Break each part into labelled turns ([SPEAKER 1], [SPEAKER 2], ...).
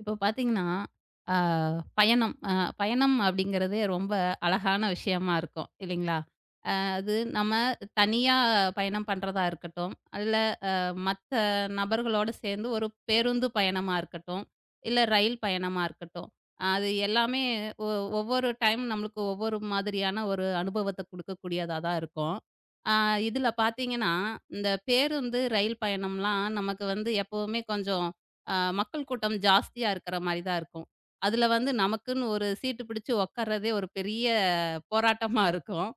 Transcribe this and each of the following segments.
[SPEAKER 1] இப்போ பார்த்தீங்கன்னா, அ பயணம் அ பயணம் அப்படிங்கிறதே ரொம்ப அழகான விஷயமா இருக்கும். இல்லைங்களா? அது நம்ம தனியா பயணம் பண்றதா இருக்கட்டும், இல்ல அ மத்த நபர்களோட சேர்ந்து ஒரு பேருந்து பயணமா இருக்கட்டும், இல்ல ரயில் பயணமா இருக்கட்டும். அது எல்லாமே ஒ ஒவ்வொரு டைம் நம்மளுக்கு ஒவ்வொரு மாதிரியான ஒரு அனுபவத்த குடுக்கக்கூடியதா தான் இருக்கும். ஆ இதுல பார்த்தீங்கன்னா, இந்த பேருந்து, ரயில் பயணம்லாம் நமக்கு வந்து எப்பவுமே கொஞ்சம் மக்கள் கூட்டம் ஜாஸ்தியா இருக்கிற மாரி தான் இருக்கும். அதுல வந்து நமக்குன்னு ஒரு சீட்டு பிடிச்சு உட்கார்றதே ஒரு பெரிய போராட்டமா இருக்கும்.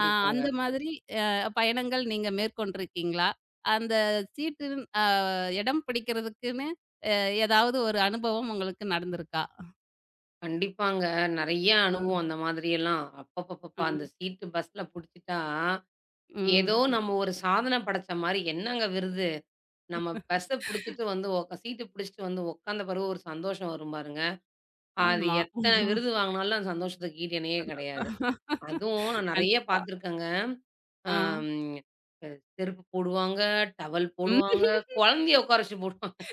[SPEAKER 1] ஆ அந்த மாதிரி பயணங்கள் நீங்க மேற்கொண்டிருக்கீங்களா? அந்த சீட்டின் இடம் பிடிக்கிறதுக்குன்னு அ, ஏதாவது ஒரு அனுபவம் உங்களுக்கு நடந்திருக்கா?
[SPEAKER 2] கண்டிப்பாங்க. நெறைய
[SPEAKER 1] அ,
[SPEAKER 2] அனுபவம் அந்த மாதிரியெல்லாம். அப்பப்பப்பா! அந்த
[SPEAKER 1] ம்,
[SPEAKER 2] சீட்டு பஸ்ல புடிச்சுட்டா, ஏதோ
[SPEAKER 1] ம்.
[SPEAKER 2] நம்ம ஒரு சாதனை படைச்ச மாரி என்னங்க விருது? நம்ம பஸ்ஸ புடிச்சுட்டு வந்து உக்கா சீட்டு புடிச்சுட்டு வந்து உக்காந்த பிறகு ஒரு சந்தோஷம் வரும் பாருங்க. அது
[SPEAKER 1] ஆமா.
[SPEAKER 2] எத்தன விருது வாங்குனாலும் அந்த சந்தோஷத்துக்கு ஈடு இணையே கிடையாது. அதுவும் நான் நெறைய
[SPEAKER 1] கண்டிப்பா.
[SPEAKER 2] பார்த்துருக்கேங்க.
[SPEAKER 1] ஆ.
[SPEAKER 2] அம் அ செருப்பு போடுவாங்க, டவல் போடுவாங்க,
[SPEAKER 1] ம்.
[SPEAKER 2] குழந்தைய உட்கார வச்சு போடுவாங்க.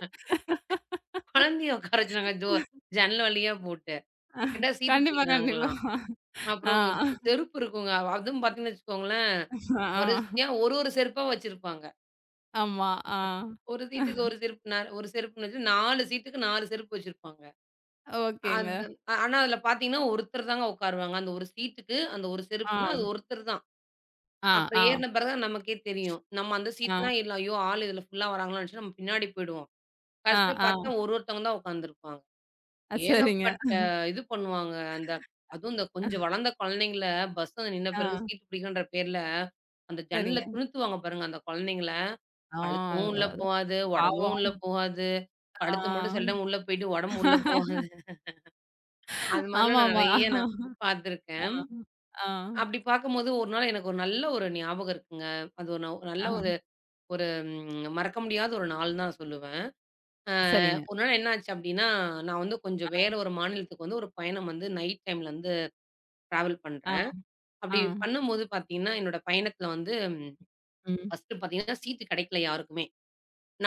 [SPEAKER 2] குழந்தைய உட்கார வச்சு நாங்க ஜன்னல் வழியா போட்டு. கேட்டா சீட்டு
[SPEAKER 1] கண்டிப்பா, கண்டிப்பா.
[SPEAKER 2] பிடிக்கிறாங்களாம்.
[SPEAKER 1] ஆ,
[SPEAKER 2] அப்புறம் செருப்பு இருக்குங்க. அதுவும் பார்த்தீங்கன்னு வச்சுக்கோங்களேன்,
[SPEAKER 1] ஆ.
[SPEAKER 2] வரிசையா ஒரு ஒரு செருப்பா வச்சிருப்பாங்க.
[SPEAKER 1] ஆமா. ஆ.
[SPEAKER 2] ஒரு சீட்டுக்கு ஒரு செருப்பு ஒரு செருப்புன்னு வச்சு 4 சீட்டுக்கு 4 செருப்பு வச்சிருப்பாங்க.
[SPEAKER 1] ஓகேங்க.
[SPEAKER 2] அந்த ஆனா அதில பார்த்தீங்கன்னா, ஒருத்தர் தாங்க உட்காருவாங்க. அந்த ஒரு சீட்டுக்கு அந்த ஒரு செருப்புன்னா,
[SPEAKER 1] ஆம்.
[SPEAKER 2] அது ஒருத்தர் தான்.
[SPEAKER 1] ஆ,
[SPEAKER 2] அப்புறம்
[SPEAKER 1] ஆ,
[SPEAKER 2] ஏறின பிறகு தான் நமக்கே தெரியும். நம்ம அந்த
[SPEAKER 1] ஆ,
[SPEAKER 2] சீட்லாம் இல்ல. ஐயோ! ஆள் இதில ஃபுல்லா வராங்களான்னு நினச்சு நம்ம பின்னாடி போயிடுவோம்.
[SPEAKER 1] ஆ,
[SPEAKER 2] கடைசியில
[SPEAKER 1] ஆ.
[SPEAKER 2] பார்த்தா ஒருத்தவங்க தான் உட்காந்துருப்பாங்க.
[SPEAKER 1] சரிங்க.
[SPEAKER 2] ஏகப்பட்ட இது பண்ணுவாங்க. அதுவும் இந்த கொஞ்சம் வளர்ந்த குழந்தைங்கள பஸ்ல நின்ன
[SPEAKER 1] ஆ,
[SPEAKER 2] பிறகு சீட்டு பிடிக்குன்ற பேர்ல, அந்த ஜன்னல
[SPEAKER 1] சரிங்க.
[SPEAKER 2] துணுத்துவாங்க பாருங்க அந்த குழந்தைங்கள.
[SPEAKER 1] ஆ,
[SPEAKER 2] கழுத்தும் உள்ள
[SPEAKER 1] அதான்
[SPEAKER 2] போகாது, உடம்பும் உள்ள
[SPEAKER 1] பாவம்.
[SPEAKER 2] போகாது. கழுத்து மட்டும்
[SPEAKER 1] ஆ.
[SPEAKER 2] சில டைம் உள்ள போயிட்டு, உடம்பு உள்ள போகாது. அது மாதிரிலாம் நான்
[SPEAKER 1] ஆமாமா.
[SPEAKER 2] நெறைய நான்
[SPEAKER 1] ஆ,
[SPEAKER 2] பார்த்துருக்கேன்.
[SPEAKER 1] ஆ,
[SPEAKER 2] அப்படி பார்க்கும்போது ஒரு நாள் எனக்கு ஒரு நல்ல ஒரு ஞாபகம் இருக்குங்க. அது ஒரு நல்ல
[SPEAKER 1] ஆ.
[SPEAKER 2] ஒரு ஒரு ம் மறக்க முடியாத ஒரு நாள்ன்னு தான் நான் சொல்லுவேன். அ
[SPEAKER 1] சரிங்க.
[SPEAKER 2] ஒரு நாள் என்னாச்சு அப்படின்னா, நான் வந்து கொஞ்சம் வேற ஒரு மாநிலத்துக்கு வந்து ஒரு பயணம் வந்து நைட் டைம்ல வந்து டிராவல்
[SPEAKER 1] ஆ,
[SPEAKER 2] பண்றேன்.
[SPEAKER 1] ஆ.
[SPEAKER 2] அப்படி பண்ணும்போது பார்த்தீங்கன்னா, என்னோட பயணத்தில வந்து
[SPEAKER 1] ம்.
[SPEAKER 2] ஃபர்ஸ்ட்டு பார்த்தீங்கன்னா, சீட்டு கிடைக்கல யாருக்குமே.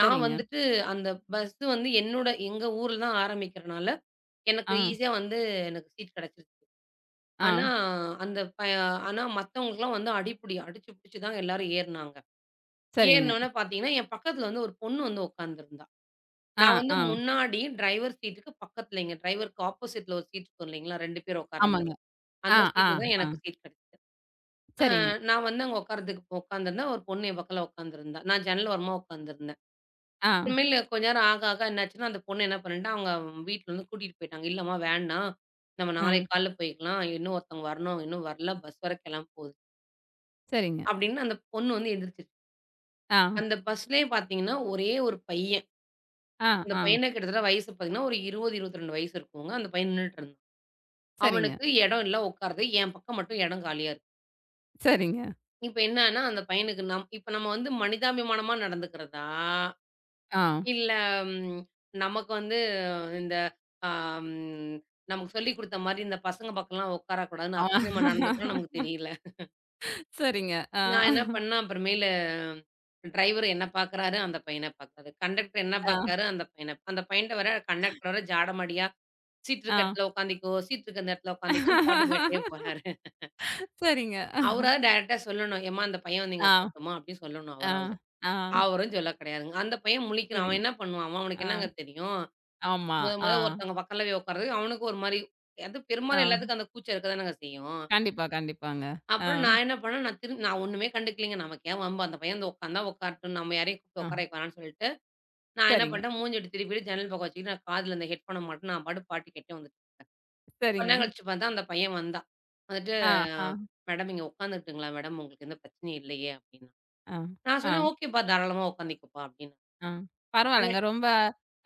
[SPEAKER 2] நான் வந்துட்டு அந்த பஸ்ஸு வந்து என்னோட எங்க ஊர்ல தான் ஆரம்பிக்கிறனால, எனக்கு
[SPEAKER 1] ஆ,
[SPEAKER 2] ஈஸியா வந்து எனக்கு சீட் கிடைச்சிருச்சு.
[SPEAKER 1] ஆ.
[SPEAKER 2] ஆனா, அந்த ப ஆனா மத்தவங்களுக்கெல்லாம் வந்து அடிபுடி. அடிச்சு புடிச்சு தான் எல்லாரும் ஏறுனாங்க.
[SPEAKER 1] சரிங்க.
[SPEAKER 2] ஏறுனோனே பார்த்தீங்கன்னா, என் பக்கத்தில வந்து ஒரு பொண்ணு வந்து உட்காந்துருந்தா.
[SPEAKER 1] ஆ,
[SPEAKER 2] நான் வந்து
[SPEAKER 1] ஆ.
[SPEAKER 2] முன்னாடி டிரைவர் சீட்டுக்கு பக்கத்தில, எங்க டிரைவருக்கு ஆப்போசிட்ல ஒரு சீட் இருக்கும் இல்லைங்களா? 2 பேர் உட்கார்ற
[SPEAKER 1] ஆமாங்க.
[SPEAKER 2] மாரி.
[SPEAKER 1] ஆ,
[SPEAKER 2] அந்த
[SPEAKER 1] ஆ,
[SPEAKER 2] சீட்ல தான்
[SPEAKER 1] ஆ.
[SPEAKER 2] எனக்கு சீட் கிடைச்சது. அ
[SPEAKER 1] சரிங்க.
[SPEAKER 2] நான் வந்து அங்க உட்கார்றதுக்கு உட்காந்துருந்தேன். ஒரு பொண்ணு என் பக்கத்துல உட்காந்துருந்தா. நான் ஜன்னல் ஓரமா உட்காந்துருந்தேன்.
[SPEAKER 1] ஆ,
[SPEAKER 2] அப்புறமேலு கொஞ்ச நேரம் ஆக, ஆக என்னாச்சுன்னா, அந்த பொண்ணு என்ன பண்ணிட்டா, அவங்க வீட்லருந்து கூட்டிட்டு போயிட்டாங்க. "இல்லம்மா வேண்டாம். நம்ம
[SPEAKER 1] ம்.
[SPEAKER 2] நாளைக்கு காலைல போய்க்கலாம். இன்னும் ஒருத்தவங்க வரணும். அவங்க இன்னும் வரல. பஸ் வேற கிளம்ப போகுது."
[SPEAKER 1] சரிங்க.
[SPEAKER 2] அப்படின்னு அந்த பொண்ணு வந்து எந்திரிச்சுருச்சு.
[SPEAKER 1] ஆ,
[SPEAKER 2] அந்த பஸ்லயே பார்த்தீங்கன்னா, ஒரே ஒரு பையன்.
[SPEAKER 1] ஆ,
[SPEAKER 2] அந்த
[SPEAKER 1] ஆ.
[SPEAKER 2] பையனுக்கு கிட்டத்தட்ட வயசு பார்த்தீங்கன்னா, ஒரு 20, 22 வயசு இருக்குங்க. அந்த பையன் நின்னுட்டு இருந்தான்.
[SPEAKER 1] சரிங்க,
[SPEAKER 2] அவனுக்கு இடம் இல்ல உட்கார்றது. என் பக்கம் மட்டும் இடம் காலியா இருக்கு.
[SPEAKER 1] சரிங்க.
[SPEAKER 2] இப்ப என்னன்னா, அந்த பையனுக்கு இப்ப நம்ம வந்து மனிதாபிமானமா நடந்துக்கிறதா?
[SPEAKER 1] ஆ,
[SPEAKER 2] இல்ல ம், நமக்கு வந்து இந்த ஆம், நமக்கு சொல்லிக் குடுத்த மாரி இந்த பசங்க பக்கம்லாம் உட்காரக்கூடாதுன்னு
[SPEAKER 1] ஆ.
[SPEAKER 2] அப்படி நம்ம நடந்துக்கணும்னு நமக்கு தெரியல.
[SPEAKER 1] சரிங்க. ஆ,
[SPEAKER 2] நான் என்ன பண்ணேன் அப்புறமேலு டிரைவர் என்ன பார்க்குறாரு, அந்த பையன பார்க்குறாரு. கண்டக்டர் என்ன
[SPEAKER 1] ஆ,
[SPEAKER 2] பார்க்குறாரு, அந்த பையன்ட்ட வேற கண்டக்டர் வேற ஜாடமாடியா, "சீட்
[SPEAKER 1] ஆ.
[SPEAKER 2] இருக்க இடத்துல உட்காந்துக்கோ, சீட் இருக்க அந்த இடத்துல உட்காந்துக்கோன்னு" பாட்டு பாடிட்டே போறாரு.
[SPEAKER 1] சரிங்க.
[SPEAKER 2] அவராவது டைரக்ட்டா சொல்லணும், "ஏம்மா அந்த பையன் வந்து இங்க
[SPEAKER 1] ஆ,
[SPEAKER 2] உட்காரட்டுமா?" அப்படின்னு சொல்லணும்
[SPEAKER 1] ஆ,
[SPEAKER 2] அவராவது.
[SPEAKER 1] ஆ.
[SPEAKER 2] அவரும் சொல்ல கிடையாதுங்க. அந்த பையன் முழிக்கிறான். அவன்
[SPEAKER 1] சரிங்க.
[SPEAKER 2] என்ன பண்ணுவான்? அவனுக்கு
[SPEAKER 1] ஆ,
[SPEAKER 2] என்னங்க தெரியும்?
[SPEAKER 1] ஆமா.
[SPEAKER 2] முத
[SPEAKER 1] ஆ,
[SPEAKER 2] முத ஒருத்தவங்க பக்கத்துல போய் உட்கார்றதுக்கு அவனுக்கு ஒரு மாரி, அது
[SPEAKER 1] ஆ.
[SPEAKER 2] பெரும்பாலும் எல்லாத்துக்கும் அந்த கூச்சம் இருக்கதானங்க செய்யும்.
[SPEAKER 1] கண்டிப்பா, கண்டிப்பாங்க. ஆ,
[SPEAKER 2] அப்புறம் நான் என்ன பண்ணேன், நான் திரும்பி ஒண்ணுமே கண்டுக்கலைங்க. நமக்கு ஏன் வம்பு? அந்த பையன் வந்து உட்கார்ந்தா உட்காரட்டும். நம்ம யாரையும் கூப்பிட்டு உட்கார
[SPEAKER 1] ஆ.
[SPEAKER 2] வைக்க வேணாம்ன்னு சொல்லிட்டு, நான் என்ன
[SPEAKER 1] சரிங்க,
[SPEAKER 2] பண்ணிட்டேன், மூஞ்சி இப்டி திருப்பிட்டு ஜன்னல் பக்கம் வச்சுக்கிட்டு, நான் காதுல அந்த ஹெட்ஃபோன மாட்டுனேன், நான் பாட்டுக்கு பாட்டு கேட்டுட்டே வந்துட்டேன். கொஞ்ச
[SPEAKER 1] சரிங்க.
[SPEAKER 2] நேரம் கழிச்சு பார்த்தா, அந்த பையன் வந்தான். வந்துட்டு,
[SPEAKER 1] ஆ, ஆ,
[SPEAKER 2] "மேடம் இங்க உட்காந்துக்கட்டுங்களா மேடம்? உங்களுக்கு எந்த பிரச்சனையும் இல்லையே?" அப்டின்னான்.
[SPEAKER 1] ஆ,
[SPEAKER 2] நான்
[SPEAKER 1] ஆ,
[SPEAKER 2] சொன்னேன், "ஓகேப்பா, தாராளமா உட்காந்துக்கப்பா" அப்டின்னு.
[SPEAKER 1] ஆ.
[SPEAKER 2] உடனே
[SPEAKER 1] பரவால்லங்க. ரொம்ப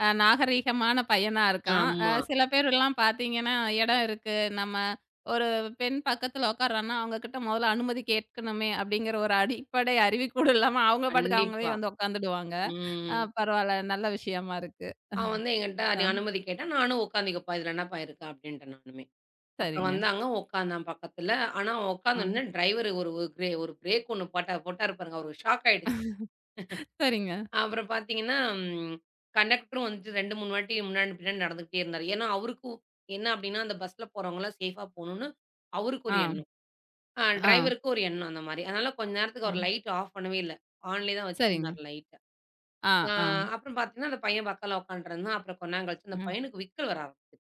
[SPEAKER 1] நாகரீகமான பையனா இருக்கான்.
[SPEAKER 2] ஆமா.
[SPEAKER 1] சில பேரெல்லாம் பார்த்தீங்கன்னா, இடம் இருக்கு. நம்ம ஒரு பெண் பக்கத்துல உட்கார்றான்னா, அவங்க கிட்ட முதல்ல அனுமதி கேட்கணுமே அப்படிங்கிற ஒரு அடிப்படை அறிவு கூட இல்லாம, அவங்க பாட்டுக்கு
[SPEAKER 2] கண்டிப்பா.
[SPEAKER 1] அவங்களே வந்து உட்காந்துடுவாங்க.
[SPEAKER 2] ம்.
[SPEAKER 1] பரவால்ல. நல்ல விஷயமா இருக்கு.
[SPEAKER 2] அவன் வந்து என்கிட்ட அது
[SPEAKER 1] ஆ
[SPEAKER 2] அனுமதி கேட்டான். நானும் உட்காந்துக்கப்பா இதில என்னப்பா இருக்கு அப்டின்ட்டேன் நானுமே. அப்புறம்
[SPEAKER 1] சரிங்க.
[SPEAKER 2] வந்தாங்க உட்காந்தான் பக்கத்துல. ஆனா அவன்
[SPEAKER 1] ம்.
[SPEAKER 2] உட்காந்தோனே டிரைவர் ஒரு ஒரு கிரே ஒரு பிரேக் ஒண்ணு போட்டாரு பாருங்க. அவருக்கு ஷாக் ஆயிடுச்சு.
[SPEAKER 1] சரிங்க.
[SPEAKER 2] அப்புறம் பார்த்தீங்கன்னா, ம் கண்டக்டரும் வந்துட்டு 2, 3 வாட்டி முன்னாடி, பின்னாடி நடந்துகிட்டே இருந்தாரு. ஏன்னா, அவருக்கும் என்ன அப்டின்னா, அந்த பஸ்ல போறவங்கலாம் சேஃபா போணும்னு அவருக்கு ஒரு
[SPEAKER 1] ஆ,
[SPEAKER 2] எண்ணம்.
[SPEAKER 1] ஆ,
[SPEAKER 2] டிரைவருக்கு ஒரு எண்ணம் அந்த மாரி. அதனால கொஞ்ச நேரத்துக்கு
[SPEAKER 1] ஆ.
[SPEAKER 2] அவர் லைட் ஆஃப் பண்ணவே இல்ல. ஆன்லயே தான்
[SPEAKER 1] சரிங்க.
[SPEAKER 2] வச்சிருந்தாரு லைட்ட.
[SPEAKER 1] ஆ,
[SPEAKER 2] ஆ
[SPEAKER 1] ஆ,
[SPEAKER 2] அப்புறம் பார்த்தீங்கன்னா, அந்த பையன் பக்கத்துல உட்காண்ட்ருந்தான். அப்புறம் கொஞ்ச நேரம் கழிச்சு அந்த
[SPEAKER 1] ம்.
[SPEAKER 2] பையனுக்கு விக்கல் வர ஆரம்பிச்சுருச்சு.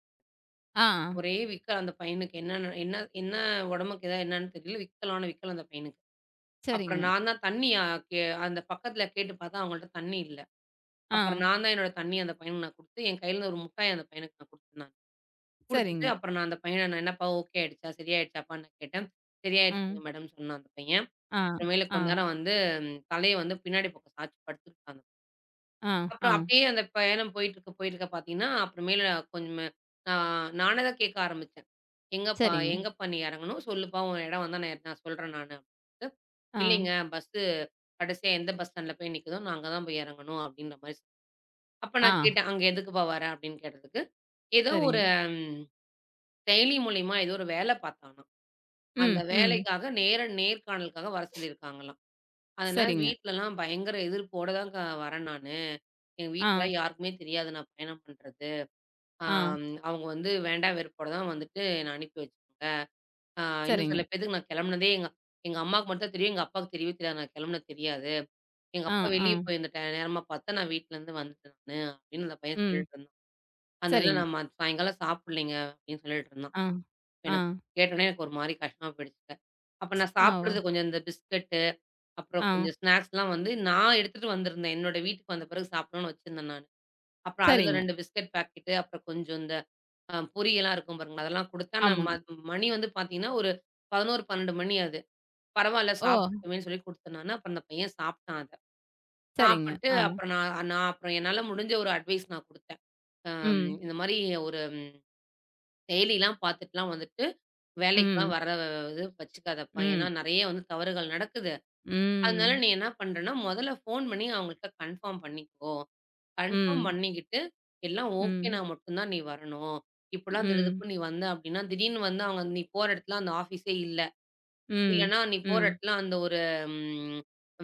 [SPEAKER 1] ஆ,
[SPEAKER 2] ஒரே விக்கல் அந்த பையனுக்கு. என்ன உடம்புக்கு ஏதாவது என்னன்னு தெரியல. விக்கலான விக்கல் அந்த பையனுக்கு. அப்புறம்
[SPEAKER 1] சரிங்க.
[SPEAKER 2] நான் தான் தண்ணி அ கே அந்த பக்கத்தில கேட்டு பார்த்தா அவங்கள்ட்ட தண்ணி இல்ல.
[SPEAKER 1] ஆ,
[SPEAKER 2] அப்புறம் நான் தான் என்னோட தண்ணி அந்த பையனுக்கு நான் குடுத்து, என் கையில இருந்து ஒரு முட்டாய் அந்த பையனுக்கு நான் குடுத்தேன் நான். குடுத்துட்டு
[SPEAKER 1] சரிங்க.
[SPEAKER 2] அப்புறம் நான் அந்த பையன நான் "என்னப்பா ஓகே ஆயிடுச்சா? சரியாயிடுச்சாப்பான்னு" நான் கேட்டேன். "சரியாயிடுச்சுங்க
[SPEAKER 1] ம்.
[SPEAKER 2] மேடம்" சொன்னான் அந்த பையன்.
[SPEAKER 1] ஆ,
[SPEAKER 2] அப்புறமேலு
[SPEAKER 1] ஆ,
[SPEAKER 2] கொஞ்ச நேரம் வந்து தலைய வந்து பின்னாடி பக்கம் சாய்ச்சு படுத்துக்கிட்டான்
[SPEAKER 1] ஆ, ஆ.
[SPEAKER 2] அப்புறம் அப்படியே அந்த பயணம் போயிட்டு இருக்க பார்த்தீங்கன்னா, அப்புறமேலு கொஞ்சம் ஆ நானே தான் கேட்க ஆரம்பிச்சேன். "
[SPEAKER 1] சரிங்க.
[SPEAKER 2] எங்கப்பா நீ இறங்கணும்? சொல்லுப்பா உன் இடம் வந்தா நான் நான் சொல்றேன் நானு" அப்படின்ட்டு.
[SPEAKER 1] ஆ,
[SPEAKER 2] "இல்லைங்க கடைசியா எந்த பஸ் ஸ்டாண்ட்ல போய் நிக்குதோ, நான் அங்க தான் போய் இறங்கணும்" அப்படின்ற மாரி அப்ப
[SPEAKER 1] ஆ,
[SPEAKER 2] நான் கேட்டேன், "அங்க எதுக்குப்பா வர?" அப்படின்னு கேட்டதுக்கு, ஏதோ ஒரு
[SPEAKER 1] சரிங்க.
[SPEAKER 2] ம் செயலி மூலியமா ஏதோ ஒரு வேலை பார்த்தானாம். அந்த
[SPEAKER 1] ம், ம்.
[SPEAKER 2] வேலைக்காக நேர்காணலுக்காக வர சொல்லியிருக்காங்களாம். அதனால
[SPEAKER 1] சரிங்க.
[SPEAKER 2] வீட்லலாம் பயங்கர எதிர்ப்போட தான் வரேன் நானு. எங்க
[SPEAKER 1] ஆ,
[SPEAKER 2] வீட்ல யாருக்குமே தெரியாது நான் பயணம் பண்றது.
[SPEAKER 1] ஆ,
[SPEAKER 2] அவங்க வந்து வேண்டா வெறுப்போட தான் வந்துட்டு என்ன அனுப்பி வச்சாங்க. ஆ இன்னும்
[SPEAKER 1] சரிங்க.
[SPEAKER 2] சில பேத்துக்கு நான் கெளம்புனதே எங்க எங்க அம்மாக்கு மட்டும் தான் தெரியும். எங்க அப்பாவுக்கு தெரியவே தெரியாது. நான் கெளம்புனது தெரியாது. எங்க
[SPEAKER 1] ஆ,
[SPEAKER 2] அப்பா
[SPEAKER 1] ஆ,
[SPEAKER 2] வெளிய போயிருந்த நேரமா பார்த்து நான் வீட்லருந்து வந்துட்டேன் நானு அப்படின்னு அந்த பையன்
[SPEAKER 1] ம்.
[SPEAKER 2] சொல்லிட்டு இருந்தான். அதனால
[SPEAKER 1] சரிங்க.
[SPEAKER 2] நம்ம சாயங்காலம் சாப்பிடலைங்க அப்படின்னு சொல்லிட்டு இருந்தான்.
[SPEAKER 1] ஆ, ஆ,
[SPEAKER 2] எனக்கு கேட்டோனே எனக்கு ஒரு மாரி கஷ்டமா போயிடுச்சுங்க. அப்ப நான்
[SPEAKER 1] ஆ, ஓ!
[SPEAKER 2] சாப்பிடுறது கொஞ்சம் இந்த பிஸ்கட் அப்புறம்
[SPEAKER 1] ஆ,
[SPEAKER 2] கொஞ்சம் ஸ்நாக்ஸ்லாம் வந்து நான் எடுத்துட்டு வந்திருந்தேன். என்னோட வீட்டுக்கு வந்த பிறகு சாப்பிடணும்னு வச்சிருந்தேன் நானு. அப்புறம் அதுல
[SPEAKER 1] சரிங்க.
[SPEAKER 2] 2 பிஸ்கட் பாக்கெட்டு, அப்புறம் கொஞ்சம் இந்த பொரியெல்லாம் இருக்கும் பாருங்க. அதெல்லாம் குடுத்தேன். நான் ம
[SPEAKER 1] ஆமாங்க.
[SPEAKER 2] மணி வந்து பாத்தீங்கன்னா, ஒரு 11, 12 மணி அது. பரவால்ல
[SPEAKER 1] ஓ!
[SPEAKER 2] சாப்பிட்டுட்டுமேன்னு சொல்லி குடுத்தேன் நானு. அப்புறம் அந்த பையன் சாப்ட்டான் அத.
[SPEAKER 1] சரிங்க.
[SPEAKER 2] சாப்பிட்டு
[SPEAKER 1] ஆ,
[SPEAKER 2] அப்புறம் நான் நான் அப்புறம் என்னால முடிஞ்ச ஒரு அட்வைஸ் நான் குடுத்தேன்.
[SPEAKER 1] ம்,
[SPEAKER 2] இந்த மாரி ஒரு ம், செயலிலாம் பாத்துட்டுலாம் வந்துட்டு, வேலைக்கெல்லாம்
[SPEAKER 1] ம்,
[SPEAKER 2] வர இது வச்சுக்காதப்பா. ஏன்னா
[SPEAKER 1] ம்,
[SPEAKER 2] நெறைய வந்து தவறுகள் நடக்குது. அதனால
[SPEAKER 1] ம்,
[SPEAKER 2] நீ என்ன பண்றன்னா, முதல்ல ஃபோன் பண்ணி அவங்கள்ட்ட கன்ஃபார்ம் பண்ணிக்கோ. கன்ஃபார்ம்
[SPEAKER 1] ம்,
[SPEAKER 2] பண்ணிக்கிட்டு, எல்லாம்
[SPEAKER 1] ம்,
[SPEAKER 2] ஓகேனா மட்டும் தான் நீ வரணும். இப்படிலாம்
[SPEAKER 1] ம்,
[SPEAKER 2] திடுதிப்புன்னு நீ வந்த அப்படின்னா, திடீர்னு வந்து அவங்க நீ போற இடத்துல அந்த ஆஃபீஸே இல்ல.
[SPEAKER 1] ம்,
[SPEAKER 2] இல்லன்னா நீ போற
[SPEAKER 1] ம்,
[SPEAKER 2] இடத்துல அந்த ஒரு ம்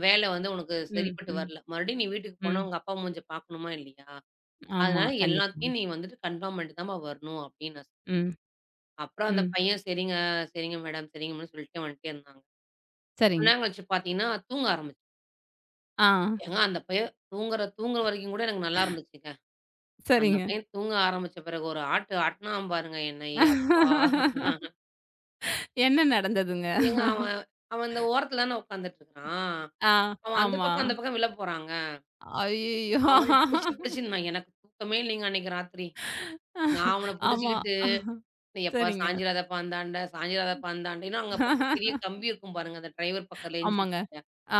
[SPEAKER 2] வேலை வந்து உனக்கு
[SPEAKER 1] ம்,
[SPEAKER 2] சரிப்பட்டு
[SPEAKER 1] ம்,
[SPEAKER 2] வரல. மறுபடியும் நீ வீட்டுக்கு போனா
[SPEAKER 1] ம்.
[SPEAKER 2] உங்க அப்பா மூஞ்ச பார்க்கணுமா இல்லையா?
[SPEAKER 1] ஆமா,
[SPEAKER 2] அதனால
[SPEAKER 1] கண்டிப்பாங்க.
[SPEAKER 2] எல்லாத்தையும் நீ வந்துட்டு கன்ஃபார்ம் பண்ணிட்டு தான்ம்மா வரணும் அப்படின்னு நான் சொன்னேன்.
[SPEAKER 1] ம்,
[SPEAKER 2] அப்புறம் அந்த
[SPEAKER 1] ம்.
[SPEAKER 2] பையன் சரிங்க, சரிங்க மேடம், சரிங்கன்னு சொல்லிட்டே வந்துட்டே இருந்தாங்க.
[SPEAKER 1] சரிங்க.
[SPEAKER 2] கொன்னாங்க வச்சு பார்த்தீங்கன்னா, தூங்க ஆரம்பிச்சுட்டான்.
[SPEAKER 1] ஆ,
[SPEAKER 2] ஏங்க அந்த பையன் தூங்குற தூங்குற வரைக்கும் கூட எனக்கு நல்லா இருந்துச்சுங்க. அந்த
[SPEAKER 1] சரிங்க.
[SPEAKER 2] பையன் தூங்க ஆரம்பிச்ச பிறகு ஒரு ஆட்டு ஆட்டுனான் பாருங்க என்னைய அப்பா!
[SPEAKER 1] என்ன நடந்ததுங்க?
[SPEAKER 2] ஏங்க அவன் அவன் இந்த ஓரத்துல தானே உட்காந்துட்டு இருக்கிறான்.
[SPEAKER 1] ஆ,
[SPEAKER 2] அவன்
[SPEAKER 1] ஆமா.
[SPEAKER 2] அந்த பக்கம் விழ போறாங்க.
[SPEAKER 1] ஐயய்யோ!
[SPEAKER 2] அவன புடிச்சு புடிச்சு எனக்கு தூக்கமே இல்லைங்க அன்னைக்கு ராத்திரி. நான் அவன
[SPEAKER 1] ஆமா.
[SPEAKER 2] புடிச்சுக்கிட்டு, எப்பா
[SPEAKER 1] சரிங்க.
[SPEAKER 2] சாஞ்சிராதப்பா அந்தாண்ட, சாஞ்சிராதப்பா அந்தாண்ட. ஏன்னா அங்க பக்கம் பெரிய கம்பி இருக்கும் பாருங்க. அந்த டிரைவர் பக்கம் லெஞ்ச்.
[SPEAKER 1] ஆமாங்க.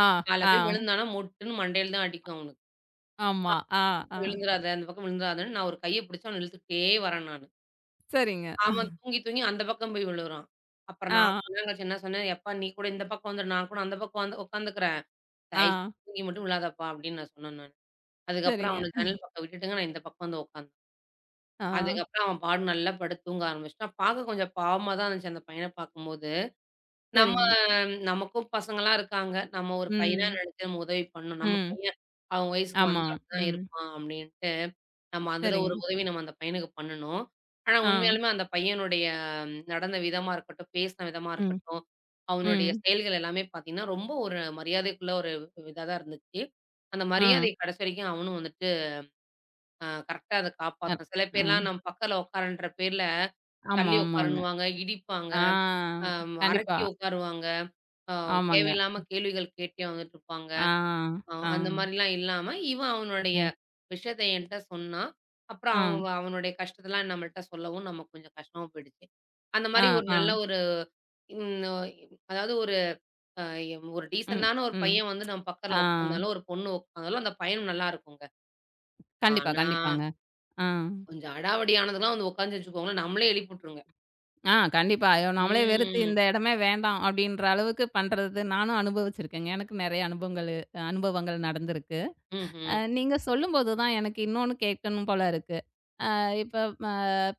[SPEAKER 1] ஆ,
[SPEAKER 2] அதுல
[SPEAKER 1] ஆ,
[SPEAKER 2] போய் விழுந்தான்னா மொட்டுன்னு மண்டையில தான் அடிக்கும் அவனுக்கு.
[SPEAKER 1] ஆமா. ஆ, ஆ.
[SPEAKER 2] விழுந்துராத! அந்த பக்கம் விழுந்துராதன்னு நான் ஒரு கைய புடிச்சு அவன இழுத்துக்கிட்டே வரேன் நானு.
[SPEAKER 1] சரிங்க.
[SPEAKER 2] அவன் தூங்கி, தூங்கி அந்த பக்கம் போய் விழுறான். அப்புறம்
[SPEAKER 1] ஆ,
[SPEAKER 2] நான் கொஞ்ச நேரம் கழிச்சு என்ன சொன்னேன், "எப்பா நீ கூட இந்த பக்கம் வந்துரு. நான் கூட அந்த பக்கம் வந்து உட்காந்துக்கிறேன்.
[SPEAKER 1] ஆ.
[SPEAKER 2] தயவுசெஞ்சு தூங்கி மட்டும் விழாதப்பா" அப்படின்னு நான் சொன்னேன் நானு. அதுக்கப்புறம்
[SPEAKER 1] சரிங்க.
[SPEAKER 2] அவன ஜன்னல் பக்கம் விட்டுட்டுங்க நான் இந்த பக்கம் வந்து உட்காந்தேன்.
[SPEAKER 1] ஆ,
[SPEAKER 2] அதுக்கப்புறம் அவன் பாடு நல்லா படுத்து தூங்க ஆரம்பிச்சுட்டான். பார்க்க கொஞ்சம் பாவமா தான் இருந்துச்சு அந்த பையன பார்க்கும்போது. நம்ம
[SPEAKER 1] சரிங்க.
[SPEAKER 2] நமக்கும் பசங்கலாம் இருக்காங்க. நம்ம ஒரு பையனா
[SPEAKER 1] ம்,
[SPEAKER 2] நெனச்சு நம்ம உதவி பண்ணணும். நம்ம
[SPEAKER 1] ம்.
[SPEAKER 2] பையன் அவன் வயசுக்கு
[SPEAKER 1] ஆமா.
[SPEAKER 2] வந்தா அப்படிதான்
[SPEAKER 1] ம்.
[SPEAKER 2] இருப்பான் அப்படின்ட்டு, நம்ம அதுல
[SPEAKER 1] சரிங்க.
[SPEAKER 2] ஒரு உதவி நம்ம அந்த பையனுக்கு பண்ணணும். ஆனா
[SPEAKER 1] ஆ,
[SPEAKER 2] உண்மையாலுமே அந்த பையனுடைய நடந்த விதமா இருக்கட்டும், பேசின விதமா
[SPEAKER 1] ம்,
[SPEAKER 2] இருக்கட்டும், அவனுடைய
[SPEAKER 1] ம்.
[SPEAKER 2] செயல்கள் எல்லாமே பார்த்தீங்கன்னா, ரொம்ப ஒரு மரியாதைக்குள்ள ஒரு இதா தான் இருந்துச்சு. அந்த
[SPEAKER 1] ஆ,
[SPEAKER 2] மரியாதை கடைசி வரைக்கும் அவனும் வந்துட்டு கரெக்ட்டா அத
[SPEAKER 1] அ,
[SPEAKER 2] காப்பாத்துனான். சில
[SPEAKER 1] ஆ.
[SPEAKER 2] பேர்லாம் நம்ம பக்கத்துல உட்காருன்ற பேர்ல
[SPEAKER 1] ஆமா,
[SPEAKER 2] தள்ளி
[SPEAKER 1] ஆமாங்க.
[SPEAKER 2] உட்காருன்னுவாங்க, இடிப்பாங்க.
[SPEAKER 1] ஆ, கண்டிப்பா.
[SPEAKER 2] அரட்டி உட்காருவாங்க. அ
[SPEAKER 1] ஆமாங்க.
[SPEAKER 2] தேவையில்லாம கேள்விகள் கேட்டே வந்துட்டுருப்பாங்க.
[SPEAKER 1] ஆ, ஆ,
[SPEAKER 2] அந்த மாரிலாம் இல்லாம, இவன் அவனுடைய
[SPEAKER 1] ம்.
[SPEAKER 2] விஷயத்த என்ட்ட சொன்னான். அப்புறம்
[SPEAKER 1] ஆ,
[SPEAKER 2] அவனுடைய கஷ்டத்தலாம் நம்மள்ட்ட சொல்லவும் நமக்கு கொஞ்சம் கஷ்டமா போயிடுச்சு. அந்த
[SPEAKER 1] ஆ,
[SPEAKER 2] மாரி ஒரு
[SPEAKER 1] ஆ.
[SPEAKER 2] நல்ல ஒரு ம் ஒ அதாவது ஒரு அ ஒரு
[SPEAKER 1] ம்,
[SPEAKER 2] டீசென்ட்டான ஒரு
[SPEAKER 1] ம்.
[SPEAKER 2] பையன் வந்து நம்ம பக்கத்துல
[SPEAKER 1] ஆ.
[SPEAKER 2] உட்காந்தாலும், ஒரு பொண்ணு உட்காந்தாலும் அந்த பயணம் நல்லா இருக்குங்க.
[SPEAKER 1] கண்டிப்பா,
[SPEAKER 2] ஆனா,
[SPEAKER 1] கண்டிப்பாங்க. ஆ.
[SPEAKER 2] கொஞ்சம் அடாவடியானதுலாம் வந்து உட்காந்துச்சு வச்சுக்கோங்களேன், நம்மளே எழுப்பி விட்டுருங்க.
[SPEAKER 1] ஆ, கண்டிப்பா. ஐயோ! நம்மளே வெறுத்து
[SPEAKER 2] ம்.
[SPEAKER 1] இந்த இடமே வேண்டாம் அப்டின்ற அளவுக்கு பண்றது நானும் அனுபவிச்சிருக்கேங்க. எனக்கு நெறைய அனுபவங்கள் அனுபவங்கள் நடந்திருக்கு.
[SPEAKER 2] ம்ஹ்ம்.
[SPEAKER 1] நீங்க சொல்லும்போது தான் எனக்கு இன்னொன்னு கேட்கணும் போல இருக்கு. இப்ப ம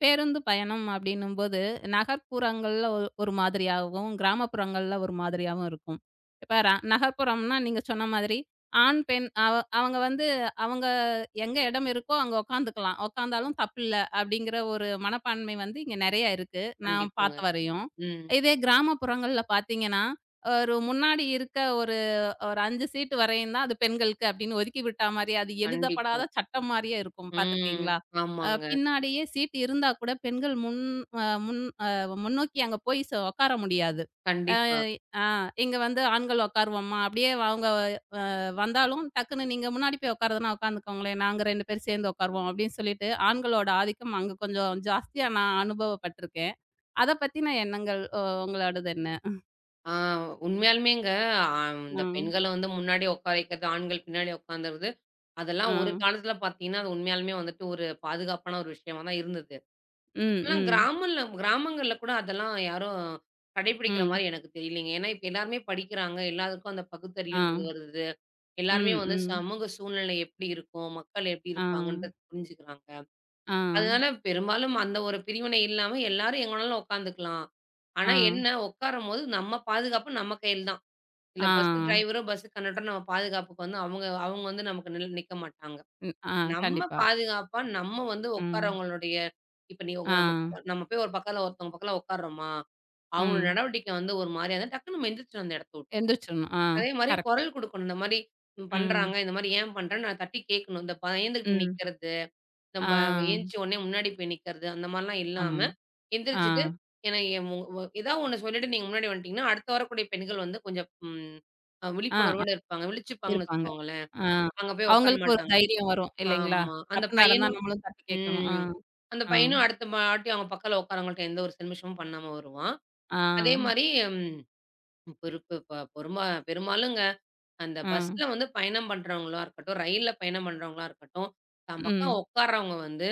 [SPEAKER 1] பேருந்து பயணம் அப்படின்னும்போது, நகர்ப்புறங்கள்ல ஒரு மாதிரியாகவும், கிராமப்புறங்கள்ல ஒரு மாதிரியாவும் இருக்கும். இப்ப நகர்ப்புறம்னா நீங்க சொன்ன மாதிரி, ஆண், பெண், அவங்க வந்து அவங்க எங்க இடம் இருக்கோ அங்க உட்காந்துக்கலாம். உட்காந்தாலும் தப்பில்ல அப்படிங்கிற ஒரு மனப்பான்மை வந்து இங்க நெறைய இருக்கு. நான்
[SPEAKER 2] கண்டிப்பாங்க.
[SPEAKER 1] பார்த்த வரையும்.
[SPEAKER 2] ம்.
[SPEAKER 1] இதே கிராமப்புறங்கள்ல பார்த்தீங்கன்னா, ஒரு முன்னாடி இருக்க ஒரு ஒரு 5 சீட்டு வரையும் தான் அது பெண்களுக்கு அப்படின்னு ஒதுக்கி விட்டா மாரி, அது
[SPEAKER 2] கண்டிப்பா.
[SPEAKER 1] எழுதப்படாத சட்டம் மாரியே இருக்கும்.
[SPEAKER 2] ம்.
[SPEAKER 1] பார்த்துருக்கீங்களா?
[SPEAKER 2] ஆமாங்க.
[SPEAKER 1] பின்னாடியே சீட் இருந்தா கூட பெண்கள் அ முன் அ முன்னோக்கி அங்க போய் உட்கார முடியாது. அ
[SPEAKER 2] கண்டிப்பா.
[SPEAKER 1] ஆ இங்க வந்து ஆண்கள் உட்காருவோம்மா, அப்படியே அவங்க வந்தாலும் டக்குன்னு நீங்க முன்னாடி போய் உட்காருறதுன்னா உட்காந்துக்கோங்களேன், நாங்க 2 பேரும் சேர்ந்து உட்காருவோம் அப்படின்னு சொல்லிட்டு, ஆண்களோட ஆதிக்கம் அங்க கொஞ்சம் ஜாஸ்தியா நான் அனுபவப்பட்டுருக்கேன். அத பத்தின எண்ணங்கள் உங்களோடது என்ன?
[SPEAKER 2] ஆ உண்மையாலுமேங்க அ
[SPEAKER 1] ஆ,
[SPEAKER 2] இந்த பெண்கள வந்து முன்னாடி உட்கார வைக்கிறது, ஆண்கள் பின்னாடி உட்காந்துறது,
[SPEAKER 1] ஆ,
[SPEAKER 2] அதெல்லாம் ஒரு காலத்துல பார்த்தீங்கன்னா, அது உண்மையாலுமே வந்துட்டு ஒரு பாதுகாப்பான ஒரு விஷயமா தான் இருந்தது.
[SPEAKER 1] ம்,
[SPEAKER 2] இப்பலாம்
[SPEAKER 1] ம்,
[SPEAKER 2] கிராமங்கள்ல கூட அதெல்லாம் யாரும் கடைபிடிக்கிற
[SPEAKER 1] ம்,
[SPEAKER 2] மாரி எனக்கு தெரியலைங்க. ஏன்னா, இப்ப எல்லாருமே படிக்கிறாங்க. எல்லாருக்கும் அந்த
[SPEAKER 1] ஆ,
[SPEAKER 2] பகுத்தறிவுன்றது வருது. எல்லாருமே
[SPEAKER 1] ம்,
[SPEAKER 2] வந்து
[SPEAKER 1] ம்,
[SPEAKER 2] சமூக சூழ்நிலை எப்படி இருக்கும்? மக்கள் எப்படி
[SPEAKER 1] ஆ,
[SPEAKER 2] இருப்பாங்கன்றது புரிஞ்சுக்கிறாங்க.
[SPEAKER 1] ஆ,
[SPEAKER 2] அதனால பெரும்பாலும் அந்த ஒரு பிரிவினை இல்லாம எல்லாரும் எங்க வேணாலும் உட்காந்துக்கலாம்.
[SPEAKER 1] ஆ,
[SPEAKER 2] ஆனா என்ன உட்காரும்போது நம்ம பாதுகாப்பு நம்ம கையில தான். இல்ல
[SPEAKER 1] ஆ,
[SPEAKER 2] பஸ் டிரைவரோ, பஸ் கண்டக்டரோ நம்ம பாதுகாப்புக்கு வந்து அவங்க அவங்க வந்து நமக்கு நிக்க மாட்டாங்க.
[SPEAKER 1] ம், ஆ,
[SPEAKER 2] நம்ம
[SPEAKER 1] கண்டிப்பா.
[SPEAKER 2] பாதுகாப்பா நம்ம வந்து
[SPEAKER 1] ம்.
[SPEAKER 2] உட்காரவங்களுடைய இப்ப நீ
[SPEAKER 1] ஆ.
[SPEAKER 2] உங்க நம்ம போய் ஒரு பக்கத்துல ஒருத்தவங்க பக்கத்துல உட்கார்றோமா, அவங்களோட
[SPEAKER 1] ம்.
[SPEAKER 2] நடவடிக்கை வந்து ஒரு மாரியா இருந்தா டக்குனு நம்ம எந்திரிச்சிடணும் அந்த இடத்த விட்டு.
[SPEAKER 1] எந்திரிச்சிரணும். ஆ.
[SPEAKER 2] அதே மாரி
[SPEAKER 1] கரெக்ட்டு.
[SPEAKER 2] குரல் குடுக்கணும். இந்த மாரி
[SPEAKER 1] ம்.
[SPEAKER 2] பண்றாங்க. இந்த மாரி ஏன் பண்றேன்னு நான் தட்டி கேட்கணும். இந்த பயந்துகிட்டு
[SPEAKER 1] ம்.
[SPEAKER 2] நிக்கிறது.
[SPEAKER 1] ஆ.
[SPEAKER 2] நம்ப எந்திச்ச உடனே முன்னாடி போய் நிக்கிறது, அந்த மாரிலாம் இல்லாம,
[SPEAKER 1] ஆமாங்க. ஆ.
[SPEAKER 2] எந்திரிச்சுட்டு ஏன்னா என் மு வ ஏதாவது ஒண்ணு சொல்லிட்டு நீங்க முன்னாடி வந்துட்டீங்கன்னா, அடுத்த வரக்கூடிய பெண்கள் வந்து கொஞ்சம் ம் அ
[SPEAKER 1] ஆ, ஆ.
[SPEAKER 2] விழிப்புணர்வோட இருப்பாங்க. விழிச்சுப்பாங்கன்னு
[SPEAKER 1] இருப்பாங்க.
[SPEAKER 2] வச்சுக்கோங்களேன்.
[SPEAKER 1] ஆ.
[SPEAKER 2] அங்க போய் உட்கார
[SPEAKER 1] அவங்களுக்கு ஒரு
[SPEAKER 2] மாட்டாங்க.
[SPEAKER 1] தைரியம் வரும் இல்லைங்களா?
[SPEAKER 2] ஆமா. அந்த
[SPEAKER 1] தப்பு நடந்தா
[SPEAKER 2] பையனும்
[SPEAKER 1] நம்மளும் தட்டி கேட்கணும். ஆ,
[SPEAKER 2] ம். அந்த
[SPEAKER 1] ஆ,
[SPEAKER 2] பையனும் அடுத்த வாட்டி அவங்க பக்கத்துல உட்காரவங்கள்ட்ட எந்த ஒரு சன்மிஷமும் பண்ணாம வருவான்.
[SPEAKER 1] ஆ,
[SPEAKER 2] அதே மாரி ம் பெருப்பு ப பெருமா பெரும்பாலுங்க அந்த
[SPEAKER 1] ஆ.
[SPEAKER 2] பஸ்ல வந்து பயணம் பண்றவங்களா இருக்கட்டும், ரயில்ல பயணம் பண்றவங்களா இருக்கட்டும், தம் பக்கம்
[SPEAKER 1] ம்,
[SPEAKER 2] உட்கார்றவங்க வந்து,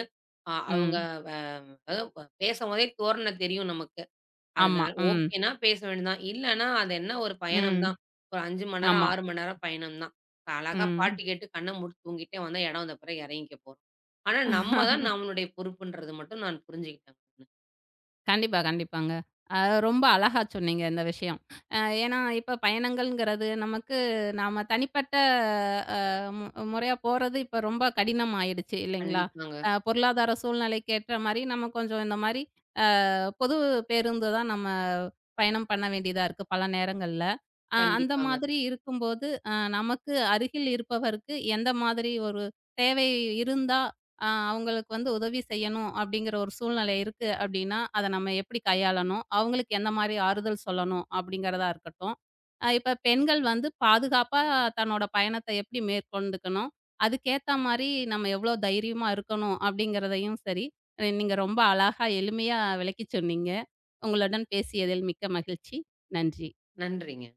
[SPEAKER 2] அ அவங்க
[SPEAKER 1] ம்.
[SPEAKER 2] அதாவது பேசம்போதே தோரணை தெரியும் நமக்கு.
[SPEAKER 1] ஆமா.
[SPEAKER 2] அதனால
[SPEAKER 1] ம்,
[SPEAKER 2] ஓகேன்னா பேச வேண்டியதுதான். இல்லன்னா, அது என்ன ஒரு பயணம்
[SPEAKER 1] ம்.
[SPEAKER 2] தான். ஒரு 5 மணி நேரம்,
[SPEAKER 1] ஆமா.
[SPEAKER 2] 6 மணி நேரம் பயணம் தான். அழகா பாட்டு
[SPEAKER 1] ம்.
[SPEAKER 2] கேட்டு கண்ண மூடி தூங்கிட்டே வந்தா இடம் வந்த பிறகு இறங்கிக்க போறோம். ஆனா நம்ம தான் நம்மளுடைய பொறுப்புன்றது மட்டும் நான் புரிஞ்சுக்கிட்டேன்.
[SPEAKER 1] கண்டிப்பா, கண்டிப்பாங்க. அ ரொம்ப அழகா சொன்னீங்க இந்த விஷயம். ஏன்னா, இப்ப பயணங்கள்ங்கிறது நமக்கு நாம தனிப்பட்ட அ மு முறையா போறது இப்ப ரொம்ப கடினம் ஆயிடுச்சு இல்லைங்களா?
[SPEAKER 2] கண்டிப்பாங்க,
[SPEAKER 1] பொருளாதார சூழ்நிலைக்கு ஏற்ற மாரி நம்ம கொஞ்சம் இந்த மாரி பொது பேருந்து தான் நம்ம பயணம் பண்ண வேண்டியதா இருக்கு பல நேரங்கள்ல. அந்த
[SPEAKER 2] கண்டிப்பாங்க.
[SPEAKER 1] மாதிரி இருக்கும்போது, நமக்கு அருகில் இருப்பவருக்கு எந்த மாதிரி ஒரு தேவை இருந்தா, அவங்களுக்கு வந்து உதவி செய்யணும் அப்படிங்கிற ஒரு சூழ்நிலை இருக்கு அப்படின்னா, அத நம்ம எப்படி கையாளணும்? அவங்களுக்கு எந்த மாரி ஆறுதல் சொல்லணும்? அப்படிங்கிறதா இருக்கட்டும். இப்ப பெண்கள் வந்து பாதுகாப்பா தன்னோட பயணத்தை எப்படி மேற்கொண்டுக்கணும்? அதுக்கேத்த மாரி நம்ம எவ்வளோ தைரியமா இருக்கணும்? அப்படிங்கிறதையும் சரி, நீங்க ரொம்ப அழகா எளிமையா விளக்கிச் சொன்னீங்க. உங்களுடன் பேசியதில் மிக்க மகிழ்ச்சி. நன்றி.
[SPEAKER 2] நன்றிங்க.